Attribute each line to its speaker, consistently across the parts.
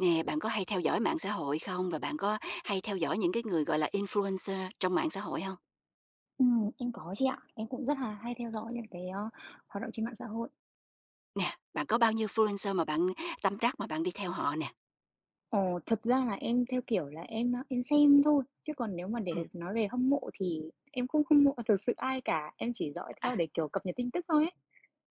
Speaker 1: Nè, bạn có hay theo dõi mạng xã hội không? Và bạn có hay theo dõi những cái người, gọi là, influencer trong mạng xã hội không?
Speaker 2: Em có chị ạ. Em cũng rất là hay theo dõi những cái, hoạt động trên mạng xã hội.
Speaker 1: Nè, bạn có bao nhiêu influencer mà bạn tâm đắc mà bạn đi theo họ nè?
Speaker 2: Ờ, thật ra là em theo kiểu là em, em xem thôi, chứ còn nếu mà
Speaker 1: Ừm.
Speaker 2: để nói về hâm mộ thì em không hâm mộ thực sự ai cả, em chỉ dõi
Speaker 1: À.
Speaker 2: theo để, kiểu, cập nhật tin tức thôi ấy.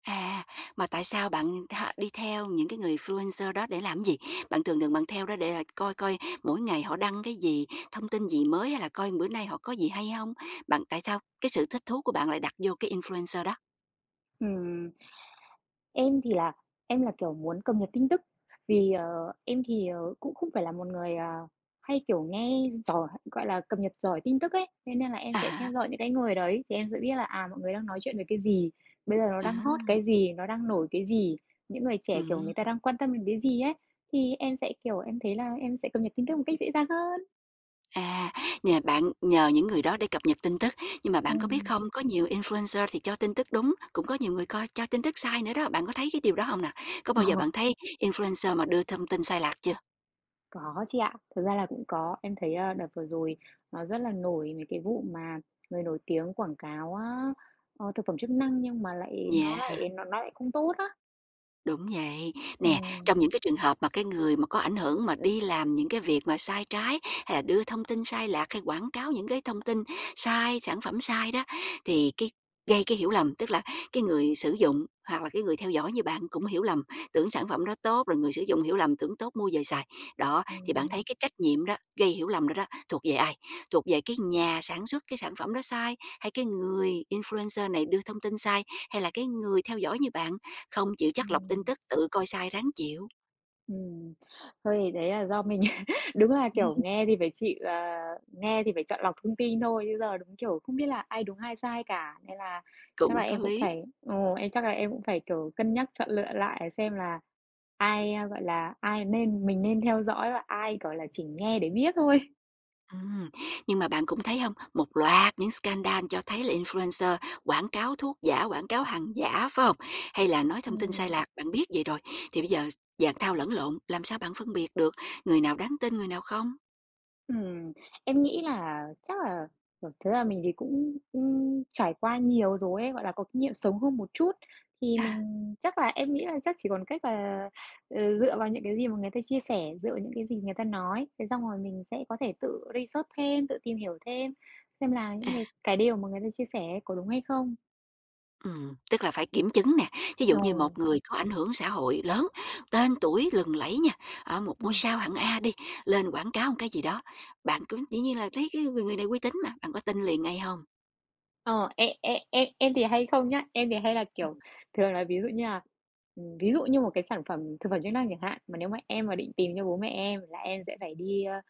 Speaker 1: À, mà tại sao bạn đi theo những cái người influencer đó để làm gì? Bạn thường thường bạn theo đó để, coi coi mỗi ngày họ đăng cái gì, thông tin gì mới hay là coi bữa nay họ có gì hay không? Bạn tại sao cái sự thích thú của bạn lại đặt vô cái influencer đó?
Speaker 2: Ừm. Em thì là em là, kiểu, muốn cập nhật tin tức, vì, em thì, cũng không phải là một người, à, hay, kiểu, nghe giỏi gọi là, cập nhật giỏi tin tức ấy, thế nên là em
Speaker 1: À
Speaker 2: sẽ theo
Speaker 1: há,
Speaker 2: dõi những cái người đấy thì em sẽ biết là, à, mọi người đang nói chuyện về cái gì, bây giờ nó
Speaker 1: à
Speaker 2: đang hot
Speaker 1: há.
Speaker 2: cái gì, nó đang nổi cái gì, những người trẻ, kiểu, người ta đang quan tâm đến cái gì ấy, thì em sẽ, kiểu, em thấy là em sẽ cập nhật tin tức một cách dễ dàng hơn.
Speaker 1: À, nhà bạn nhờ những người đó để cập nhật tin tức, nhưng mà bạn có biết
Speaker 2: Ừm.
Speaker 1: không, có nhiều influencer thì cho tin tức đúng, cũng có nhiều người coi cho tin tức sai nữa đó, bạn có thấy cái điều đó không nè? Có bao giờ bạn thấy influencer mà đưa thông tin sai lạc chưa?
Speaker 2: Có chị ạ, thực ra là cũng có. Em thấy, a, đợt vừa rồi nó rất là nổi mấy cái vụ mà người nổi tiếng quảng cáo á, thực phẩm chức năng nhưng mà lại nó
Speaker 1: Yeah.
Speaker 2: lại nó nó lại không tốt á.
Speaker 1: Đúng vậy. Nè,
Speaker 2: Ừm,
Speaker 1: trong những cái trường hợp mà cái người mà có ảnh hưởng mà đi làm những cái việc mà sai trái, hay là đưa thông tin sai lạc, hay quảng cáo những cái thông tin sai, sản phẩm sai đó, thì cái gây cái hiểu lầm, tức là cái người sử dụng hoặc là cái người theo dõi như bạn cũng hiểu lầm, tưởng sản phẩm đó tốt, rồi người sử dụng hiểu lầm tưởng tốt mua về xài. Đó, thì bạn
Speaker 2: ừm,
Speaker 1: thấy cái trách nhiệm đó, gây hiểu lầm đó đó, thuộc về ai? Thuộc về cái nhà sản xuất cái sản phẩm đó sai, hay cái người influencer này đưa thông tin sai, hay là cái người theo dõi như bạn không chịu chắt lọc tin
Speaker 2: ừm.
Speaker 1: tức, tự coi sai ráng chịu?
Speaker 2: Ừm. Thôi thì đấy là do mình đúng là, kiểu, nghe thì phải chịu, nghe thì phải chọn lọc thông tin thôi, chứ giờ đúng, kiểu, không biết là ai đúng ai sai cả. Nên là
Speaker 1: Cũng
Speaker 2: chắc là
Speaker 1: có
Speaker 2: em cũng
Speaker 1: lý.
Speaker 2: phải ừ, em chắc là em cũng phải, kiểu, cân nhắc chọn lựa lại xem là ai, a, gọi là, ai nên mình nên theo dõi và ai, gọi là, chỉ nghe để biết thôi.
Speaker 1: Ừm, nhưng mà bạn cũng thấy không một loạt những scandal cho thấy là influencer quảng cáo thuốc giả, quảng cáo hàng giả, phải không? Hay là nói thông tin sai
Speaker 2: Ừm.
Speaker 1: lạc, bạn biết vậy rồi, thì bây giờ dạng thao lẫn lộn, làm sao bạn phân biệt được người nào đáng tin, người nào không?
Speaker 2: Ừm, em nghĩ là chắc là, kiểu, thực ra mình thì cũng, trải qua nhiều rồi ấy, gọi là, có kinh nghiệm sống hơn một chút, thì mình chắc là em nghĩ là chắc chỉ còn cách là, ừ, dựa vào những cái gì mà người ta chia sẻ, dựa vào những cái gì người ta nói, thế xong rồi mình sẽ có thể tự research thêm, tự tìm hiểu thêm, xem là những cái điều mà người ta chia sẻ ấy có đúng hay không.
Speaker 1: Tức là phải kiểm chứng nè, ví dụ
Speaker 2: Ồ,
Speaker 1: như một người có ảnh hưởng xã hội lớn, tên tuổi lừng lẫy nha, ở một
Speaker 2: yeah.
Speaker 1: ngôi sao hạng A đi, lên quảng cáo một cái gì đó, bạn cứ dĩ nhiên là thấy cái người người này uy tín mà, bạn có tin liền ngay không?
Speaker 2: Ờ, em thì hay không nhá, em thì hay là, kiểu, thường là ví dụ như là, ví dụ như một cái sản phẩm thực phẩm chức năng chẳng hạn, mà nếu mà em mà định tìm cho bố mẹ em là em sẽ phải đi,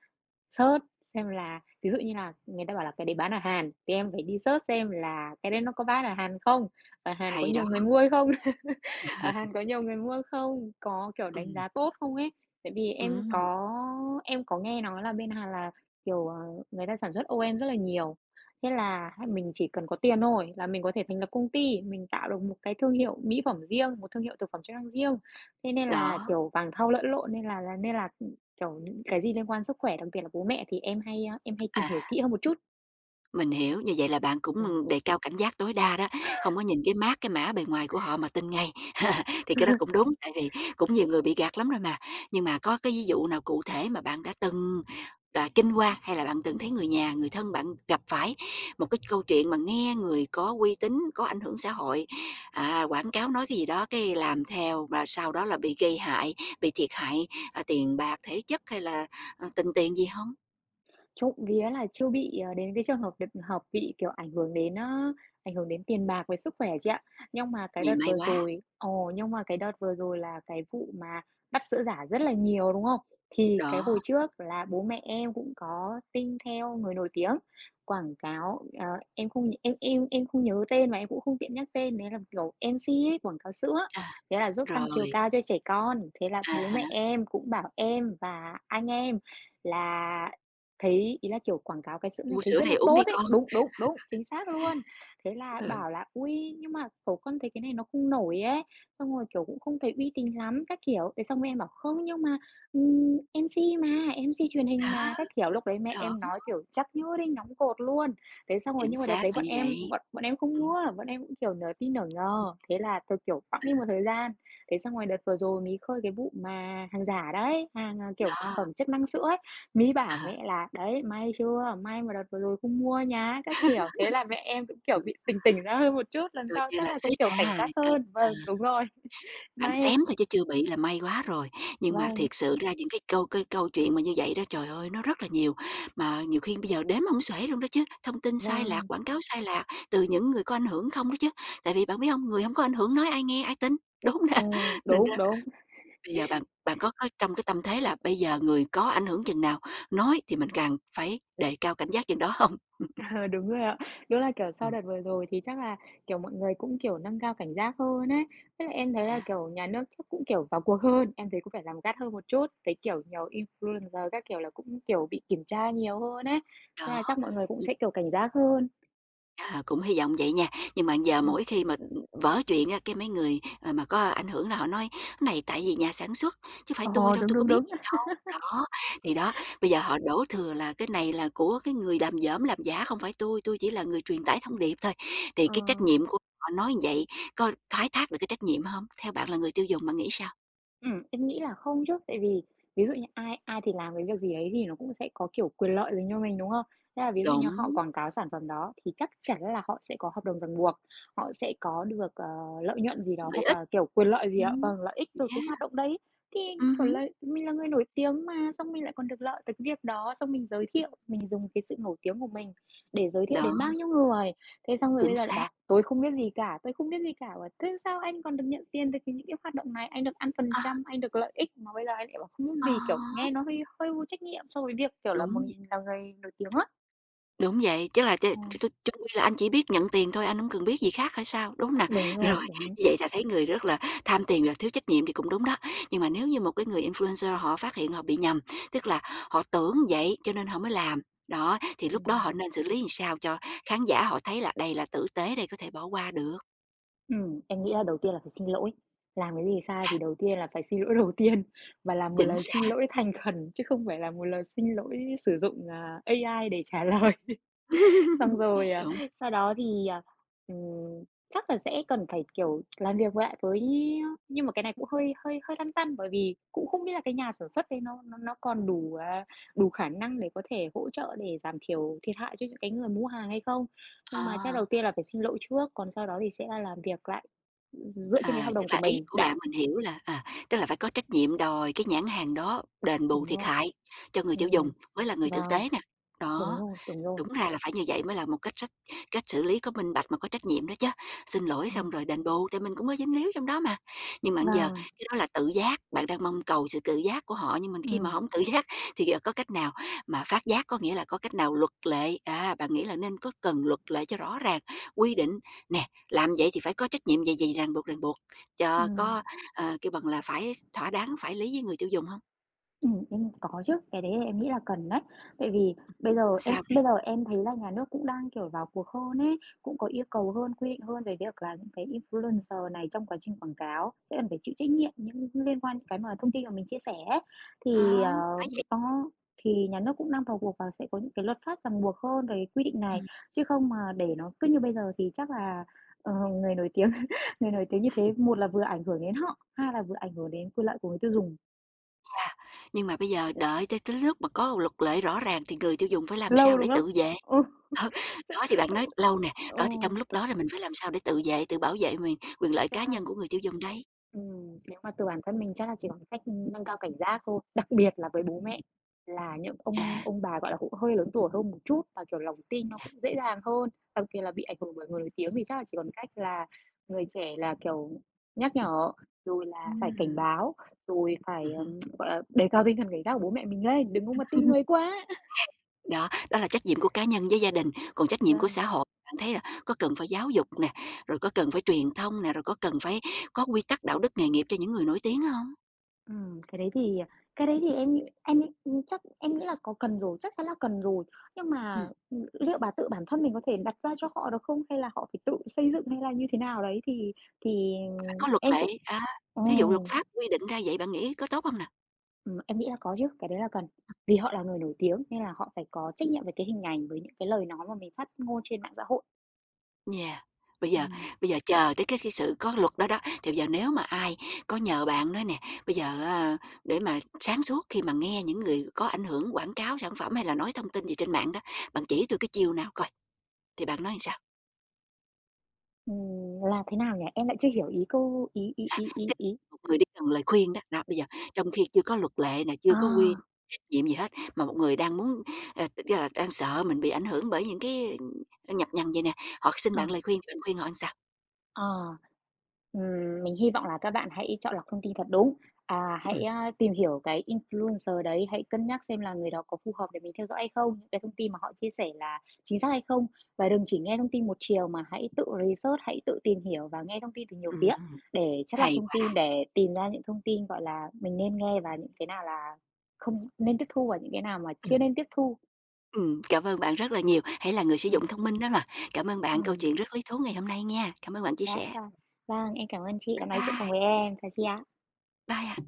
Speaker 2: search xem là ví dụ như là người ta bảo là cái đấy bán ở Hàn, thì em phải đi search xem là cái đấy nó có bán ở Hàn không? Ở Hàn có
Speaker 1: Hay đó!
Speaker 2: nhiều người mua hay không? Ở Hàn có nhiều người mua không? Có, kiểu, đánh
Speaker 1: Ừm,
Speaker 2: giá tốt không ấy? Tại vì em
Speaker 1: ừm,
Speaker 2: có em có nghe nói là bên Hàn là, kiểu, người ta sản xuất OEM rất là nhiều, thế là hay mình chỉ cần có tiền thôi là mình có thể thành lập công ty, mình tạo được một cái thương hiệu mỹ phẩm riêng, một thương hiệu thực phẩm chức năng riêng. Thế nên là,
Speaker 1: đó,
Speaker 2: kiểu, vàng thau lẫn lộn nên là kiểu, những cái gì liên quan sức khỏe, đặc biệt là bố mẹ thì em hay tìm
Speaker 1: à.
Speaker 2: hiểu kỹ hơn một chút.
Speaker 1: Mình hiểu, như vậy là bạn
Speaker 2: Ừm.
Speaker 1: cũng đề cao cảnh giác tối đa đó, không có nhìn cái mác, cái mã bề ngoài của họ mà tin ngay. Thì cái đó cũng đúng, tại vì cũng nhiều người bị gạt lắm rồi mà. Nhưng mà có cái ví dụ nào cụ thể mà bạn đã từng, kinh qua, hay là bạn từng thấy người nhà, người thân bạn gặp phải một cái câu chuyện mà nghe người có uy tín, có ảnh hưởng xã hội, quảng cáo nói cái gì đó, cái làm theo và sau đó là bị gây hại, bị thiệt hại, tiền bạc, thể chất hay là, tình tiền gì hông?
Speaker 2: Trộm vía là chưa bị, đến cái trường hợp được hợp bị, kiểu, ảnh hưởng đến, ảnh hưởng đến tiền bạc với sức khỏe chị ạ. Nhưng mà cái
Speaker 1: Vậy
Speaker 2: đợt
Speaker 1: may
Speaker 2: vừa
Speaker 1: quá,
Speaker 2: rồi ồ, nhưng mà cái đợt vừa rồi là cái vụ mà bắt sữa giả rất là nhiều, đúng không? Thì cái hồi
Speaker 1: đó,
Speaker 2: trước là bố mẹ em cũng có tin theo người nổi tiếng, quảng cáo, em không em em không nhớ tên và em cũng không tiện nhắc tên, đấy là, kiểu, MC ấy, quảng cáo sữa.
Speaker 1: à,
Speaker 2: Thế là giúp tăng chiều
Speaker 1: rồi.
Speaker 2: cao cho trẻ con, thế là
Speaker 1: À
Speaker 2: bố
Speaker 1: há.
Speaker 2: mẹ em cũng bảo em và anh em là thấy ý là, kiểu, quảng cáo cái sữa này
Speaker 1: "Mua
Speaker 2: thấy
Speaker 1: sữa
Speaker 2: rất
Speaker 1: này
Speaker 2: là
Speaker 1: uống
Speaker 2: tốt
Speaker 1: đi
Speaker 2: ấy.
Speaker 1: con."
Speaker 2: Đúng, đúng, đúng, chính xác luôn. Thế là
Speaker 1: Ừ,
Speaker 2: bảo là "Ui, nhưng mà, kiểu, con thấy cái này nó không nổi ấy, xong rồi, kiểu, cũng không thấy uy tín lắm" các kiểu. Thế xong rồi em bảo "Không, nhưng mà, MC mà, em MC truyền hình
Speaker 1: đó,
Speaker 2: mà" các kiểu. Lúc đấy mẹ
Speaker 1: đó,
Speaker 2: em nói, kiểu, chắc như đinh đóng cột luôn. Thế xong rồi
Speaker 1: chính
Speaker 2: nhưng mà đợt
Speaker 1: xác
Speaker 2: đấy
Speaker 1: là
Speaker 2: bọn
Speaker 1: như
Speaker 2: em
Speaker 1: vậy.
Speaker 2: bọn bọn em không mua,
Speaker 1: Ừm,
Speaker 2: bọn em cũng, kiểu, nửa tin nửa ngờ. Thế là thôi, kiểu, bẵng
Speaker 1: ừ,
Speaker 2: đi một thời gian. Thế xong rồi đợt vừa rồi mí khơi cái vụ mà hàng giả đấy, hàng, à, kiểu, thực
Speaker 1: đó,
Speaker 2: phẩm chức năng sữa ấy. Mí bảo
Speaker 1: ờ.
Speaker 2: mẹ là "Đấy, may chưa, may mà đợt vừa rồi không mua nhá các kiểu, thế là mẹ em cũng, kiểu,
Speaker 1: ừm,
Speaker 2: bị tỉnh tỉnh ra hơn một chút, lần
Speaker 1: Coi
Speaker 2: sau
Speaker 1: như
Speaker 2: chắc
Speaker 1: là
Speaker 2: là cũng,
Speaker 1: suýt
Speaker 2: kiểu, cảnh
Speaker 1: ha,
Speaker 2: giác
Speaker 1: coi
Speaker 2: hơn.
Speaker 1: ờ,
Speaker 2: Vâng, đúng rồi,
Speaker 1: bạn
Speaker 2: may.
Speaker 1: xém thôi chứ chưa bị là may quá rồi. Nhưng mà
Speaker 2: Vâng,
Speaker 1: thiệt sự ra những cái câu chuyện mà như vậy đó, trời ơi, nó rất là nhiều, mà nhiều khi bây giờ đếm hổng xuể luôn đó chứ, thông tin sai lạc,
Speaker 2: vâng,
Speaker 1: quảng cáo sai lạc từ những người có ảnh hưởng không đó chứ. Tại vì bạn biết hông, người hông có ảnh hưởng nói ai nghe, ai tin, đúng hông nè? Nên
Speaker 2: đúng, đúng,
Speaker 1: bây giờ bạn bạn có trong cái tâm thế là bây giờ người có ảnh hưởng chừng nào nói thì mình càng phải đề cao cảnh giác chừng đó hông?
Speaker 2: ờ, đúng rồi ạ. Đúng là, kiểu, sau
Speaker 1: Ừm.
Speaker 2: đợt vừa rồi thì chắc là, kiểu, mọi người cũng, kiểu, nâng cao cảnh giác hơn ấy. Với lại em thấy là,
Speaker 1: À.
Speaker 2: kiểu, nhà nước chắc cũng, kiểu, vào cuộc hơn, em thấy cũng phải làm gắt hơn một chút. Thấy, kiểu, nhiều influencer các kiểu là cũng, kiểu, bị kiểm tra nhiều hơn ấy, thế
Speaker 1: Đó,
Speaker 2: là chắc mọi người cũng
Speaker 1: ừm,
Speaker 2: sẽ, kiểu, cảnh giác hơn.
Speaker 1: cũng hy vọng vậy nha. Nhưng mà giờ
Speaker 2: Ừm.
Speaker 1: mỗi khi mà, vỡ chuyện á, cái mấy người, mà có ảnh hưởng là họ nói: "Này, tại vì nhà sản xuất, chứ phải
Speaker 2: Ờ,
Speaker 1: tui đâu,
Speaker 2: đúng,
Speaker 1: tui có
Speaker 2: đúng,
Speaker 1: biết
Speaker 2: đúng.
Speaker 1: gì đâu." Đó, thì đó, bây giờ họ đổ thừa là "Cái này là của cái người làm dởm, làm giả, không phải tui, tui chỉ là người truyền tải thông điệp thôi." Thì
Speaker 2: Ờ,
Speaker 1: cái trách nhiệm của họ nói vậy có thoái thác được cái trách nhiệm hông? Theo bạn là người tiêu dùng, bạn nghĩ sao?
Speaker 2: em nghĩ là không chứ, tại vì ví dụ như ai ai thì làm cái việc gì đấy thì nó cũng sẽ có, kiểu, quyền lợi dành cho mình, đúng không? Thế là ví dụ như họ
Speaker 1: Đúng,
Speaker 2: quảng cáo sản phẩm đó thì chắc chắn là họ sẽ có hợp đồng ràng buộc, họ sẽ có được, lợi nhuận gì đó
Speaker 1: lợi
Speaker 2: hoặc
Speaker 1: ích.
Speaker 2: là, kiểu, quyền lợi gì đó,
Speaker 1: Ừm.
Speaker 2: vâng, lợi ích từ cái
Speaker 1: Yeah,
Speaker 2: hoạt động đấy. Thì, kiểu
Speaker 1: hứm,
Speaker 2: là, mình là người nổi tiếng mà, xong mình lại còn được lợi từ cái việc đó, xong mình giới thiệu, mình dùng cái sự nổi tiếng của mình để giới thiệu
Speaker 1: đó,
Speaker 2: đến bao nhiêu người. Thế xong rồi bây
Speaker 1: chính
Speaker 2: giờ lại
Speaker 1: xác.
Speaker 2: bảo "Tôi không biết gì cả, tôi không biết gì cả." Bảo: "Thế sao anh còn được nhận tiền từ cái những cái hoạt động này? Anh được ăn phần
Speaker 1: Ờ,
Speaker 2: trăm, anh được lợi ích mà bây giờ anh lại bảo không biết
Speaker 1: ờ,
Speaker 2: gì." Kiểu, nghe nó hơi hơi vô trách nhiệm so với việc, kiểu là, một
Speaker 1: đúng vậy,
Speaker 2: mình là người nổi tiếng á.
Speaker 1: đúng vậy, chứ là ch
Speaker 2: Ờ,
Speaker 1: ch ch chung quy là anh chỉ biết nhận tiền thôi, anh hổng cần biết gì khác hay sao, đúng hông nè?
Speaker 2: đúng rồi,
Speaker 1: Rồi,
Speaker 2: đúng.
Speaker 1: như vậy là thấy người rất là tham tiền và thiếu trách nhiệm thì cũng đúng đó, nhưng mà nếu như một cái người influencer họ phát hiện họ bị nhầm, tức là họ tưởng vậy cho nên họ mới làm, đó, thì lúc đó
Speaker 2: Ừm,
Speaker 1: họ nên xử lý làm sao cho khán giả họ thấy là đây là tử tế, đây có thể bỏ qua được.
Speaker 2: em nghĩ là đầu tiên là phải xin lỗi, làm cái gì sai
Speaker 1: À,
Speaker 2: thì đầu tiên là phải xin lỗi đầu tiên và là một
Speaker 1: chính
Speaker 2: lời xin
Speaker 1: xác.
Speaker 2: lỗi thành khẩn chứ không phải là một lời xin lỗi sử dụng, à, AI để trả lời. Xong rồi, à,
Speaker 1: Đúng,
Speaker 2: sau đó thì, ừm, chắc là sẽ cần phải, kiểu, làm việc lại với nhưng mà cái này cũng hơi hơi hơi lăn tăn, bởi vì cũng không biết là cái nhà sản xuất đấy nó còn đủ, à, đủ khả năng để có thể hỗ trợ để giảm thiểu thiệt hại cho những cái người mua hàng hay không. Nhưng mà chắc
Speaker 1: ờ.
Speaker 2: đầu tiên là phải xin lỗi trước, còn sau đó thì sẽ là làm việc lại dựa trên cái
Speaker 1: À,
Speaker 2: hợp
Speaker 1: tức
Speaker 2: đồng của
Speaker 1: là ý
Speaker 2: mình
Speaker 1: của
Speaker 2: đã.
Speaker 1: bạn mình hiểu là, tức là phải có trách nhiệm đòi cái nhãn hàng đó đền bù
Speaker 2: Đúng
Speaker 1: thiệt
Speaker 2: rồi,
Speaker 1: hại cho người tiêu dùng
Speaker 2: ừm.
Speaker 1: mới là người tử
Speaker 2: Vâng,
Speaker 1: tế nè.
Speaker 2: đúng
Speaker 1: Đó.
Speaker 2: rồi, đúng rồi.
Speaker 1: Đúng ra là phải như vậy mới là một cách xử lý có minh bạch mà có trách nhiệm đó chứ. Xin lỗi
Speaker 2: Ừm.
Speaker 1: xong rồi đền bù, tại mình cũng có dính líu trong đó mà. Nhưng mà giờ
Speaker 2: Vâng,
Speaker 1: cái đó là tự giác, bạn đang mong cầu sự tự giác của họ, nhưng mình khi mà
Speaker 2: ừm,
Speaker 1: không tự giác thì giờ có cách nào mà phát giác, có nghĩa là có cách nào luật lệ, bạn nghĩ là nên có cần luật lệ cho rõ ràng, quy định, nè, làm vậy thì phải có trách nhiệm gì gì ràng buộc, cho
Speaker 2: ừm.
Speaker 1: có, kêu bằng là, phải thỏa đáng, phải lý với người tiêu dùng không?
Speaker 2: Em có chứ, cái đấy em nghĩ là cần đấy. Tại vì bây giờ em
Speaker 1: Sao nè?
Speaker 2: bây giờ em thấy là nhà nước cũng đang, kiểu, vào cuộc hơn ấy, cũng có yêu cầu hơn, quy định hơn về việc là những cái influencer này trong quá trình quảng cáo sẽ cần phải chịu trách nhiệm những liên quan những cái mà thông tin mà mình chia sẻ ấy.
Speaker 1: Ờ,
Speaker 2: Thì,
Speaker 1: phải vậy.
Speaker 2: đó, thì nhà nước cũng đang vào cuộc và sẽ có những cái luật pháp ràng buộc hơn về cái quy định này,
Speaker 1: Ừm.
Speaker 2: chứ không mà để nó cứ như bây giờ thì chắc là, ờ, người nổi tiếng người nổi tiếng như thế một là vừa ảnh hưởng đến họ, hai là vừa ảnh hưởng đến quyền lợi của người tiêu dùng.
Speaker 1: Nhưng mà bây giờ đợi tới cái lúc mà có luật lệ rõ ràng thì người tiêu dùng phải làm
Speaker 2: Lâu,
Speaker 1: sao
Speaker 2: đúng
Speaker 1: để
Speaker 2: không?
Speaker 1: tự vệ?
Speaker 2: Ừ,
Speaker 1: Ờ,
Speaker 2: chắc
Speaker 1: đó, thì bạn nói lâu nè,
Speaker 2: ừ.
Speaker 1: đó, thì trong lúc đó là mình phải làm sao để tự vệ, tự bảo vệ mình quyền lợi
Speaker 2: Ra
Speaker 1: cá
Speaker 2: là
Speaker 1: nhân của người tiêu dùng đấy.
Speaker 2: nếu mà từ bản thân mình chắc là chỉ có cách nâng cao cảnh giác thôi, đặc biệt là với bố mẹ, là những
Speaker 1: À.
Speaker 2: ông bà, gọi là, cũng hơi lớn tuổi hơn một chút và, kiểu, lòng tin nó cũng dễ dàng hơn, đặc biệt là bị ảnh hưởng bởi người nổi tiếng thì chắc là chỉ còn cách là người trẻ là, kiểu, nhắc nhở, rồi là phải cảnh
Speaker 1: Ừm.
Speaker 2: báo, rồi phải,
Speaker 1: Ừm.
Speaker 2: gọi là, đề cao tinh thần cảnh giác của bố mẹ mình lên, đừng có mà tin người quá.
Speaker 1: Đó, đó là trách nhiệm của cá nhân với gia đình, còn trách nhiệm của
Speaker 2: Vâng.
Speaker 1: xã hội, bạn thấy là có cần phải giáo dục nè, rồi có cần phải truyền thông nè, rồi có cần phải có quy tắc đạo đức nghề nghiệp cho những người nổi tiếng không?
Speaker 2: Ừm, cái đấy thì cái đấy thì em nghĩ chắc em nghĩ là có cần rồi, chắc chắn là cần rồi. Nhưng
Speaker 1: Ừm,
Speaker 2: mà, liệu bà tự bản thân mình có thể đặt ra cho họ được không? Hay là họ phải tự xây dựng hay là như thế nào đấy thì
Speaker 1: Phải có luật
Speaker 2: em cũng
Speaker 1: lệ, thí dụ luật
Speaker 2: ừm,
Speaker 1: pháp quy định ra vậy bạn nghĩ có tốt không nè?
Speaker 2: em nghĩ là có chứ, cái đấy là cần. Vì họ là người nổi tiếng nên là họ phải có trách nhiệm về cái hình ảnh, với những cái lời nói mà mình phát ngôn trên mạng xã hội.
Speaker 1: Yeah. Bây giờ
Speaker 2: Ừm.
Speaker 1: chờ tới cái sự có luật đó đó, thì bây giờ nếu mà ai có nhờ bạn nói nè, bây giờ, để mà sáng suốt khi mà nghe những người có ảnh hưởng quảng cáo sản phẩm hay là nói thông tin gì trên mạng đó, bạn chỉ tôi cái chiêu nào coi, thì bạn nói làm sao?
Speaker 2: Là thế nào nhỉ? Em lại chưa hiểu ý câu ý ý ý ý
Speaker 1: Tức
Speaker 2: ý.
Speaker 1: là một người đi cần lời khuyên đó, đó, bây giờ trong khi chưa có luật lệ nè, chưa có quy
Speaker 2: À,
Speaker 1: trách nhiệm gì hết, mà một người đang muốn, tức là đang sợ mình bị ảnh hưởng bởi những cái, nhập nhằng vậy nè, họ xin
Speaker 2: ờ.
Speaker 1: bạn lời khuyên thì bạn khuyên họ làm sao?
Speaker 2: Ờ, mình hy vọng là các bạn hãy chọn lọc thông tin thật đúng. À, hãy,
Speaker 1: Ừm,
Speaker 2: a, tìm hiểu cái influencer đấy, hãy cân nhắc xem là người đó có phù hợp để mình theo dõi hay không, những cái thông tin mà họ chia sẻ là chính xác hay không. Và đừng chỉ nghe thông tin một chiều mà hãy tự research, hãy tự tìm hiểu và nghe thông tin từ nhiều phía
Speaker 1: ừm,
Speaker 2: để chắt lọc
Speaker 1: hay
Speaker 2: thông tin,
Speaker 1: quá!
Speaker 2: để tìm ra những thông tin, gọi là, mình nên nghe và những cái nào là không nên tiếp thu và những cái nào mà chưa nên tiếp thu.
Speaker 1: Cảm ơn bạn rất là nhiều, hãy là người sử
Speaker 2: Ừ,
Speaker 1: dụng thông minh đó mà. Cảm ơn bạn câu
Speaker 2: ừm,
Speaker 1: chuyện rất lý thú ngày hôm nay nha. Cảm ơn bạn chia
Speaker 2: đã,
Speaker 1: sẻ.
Speaker 2: và vâng, em cảm ơn chị
Speaker 1: Bye
Speaker 2: đã nói chuyện
Speaker 1: bye,
Speaker 2: cùng với em. Chào chị ạ.
Speaker 1: bye ạ.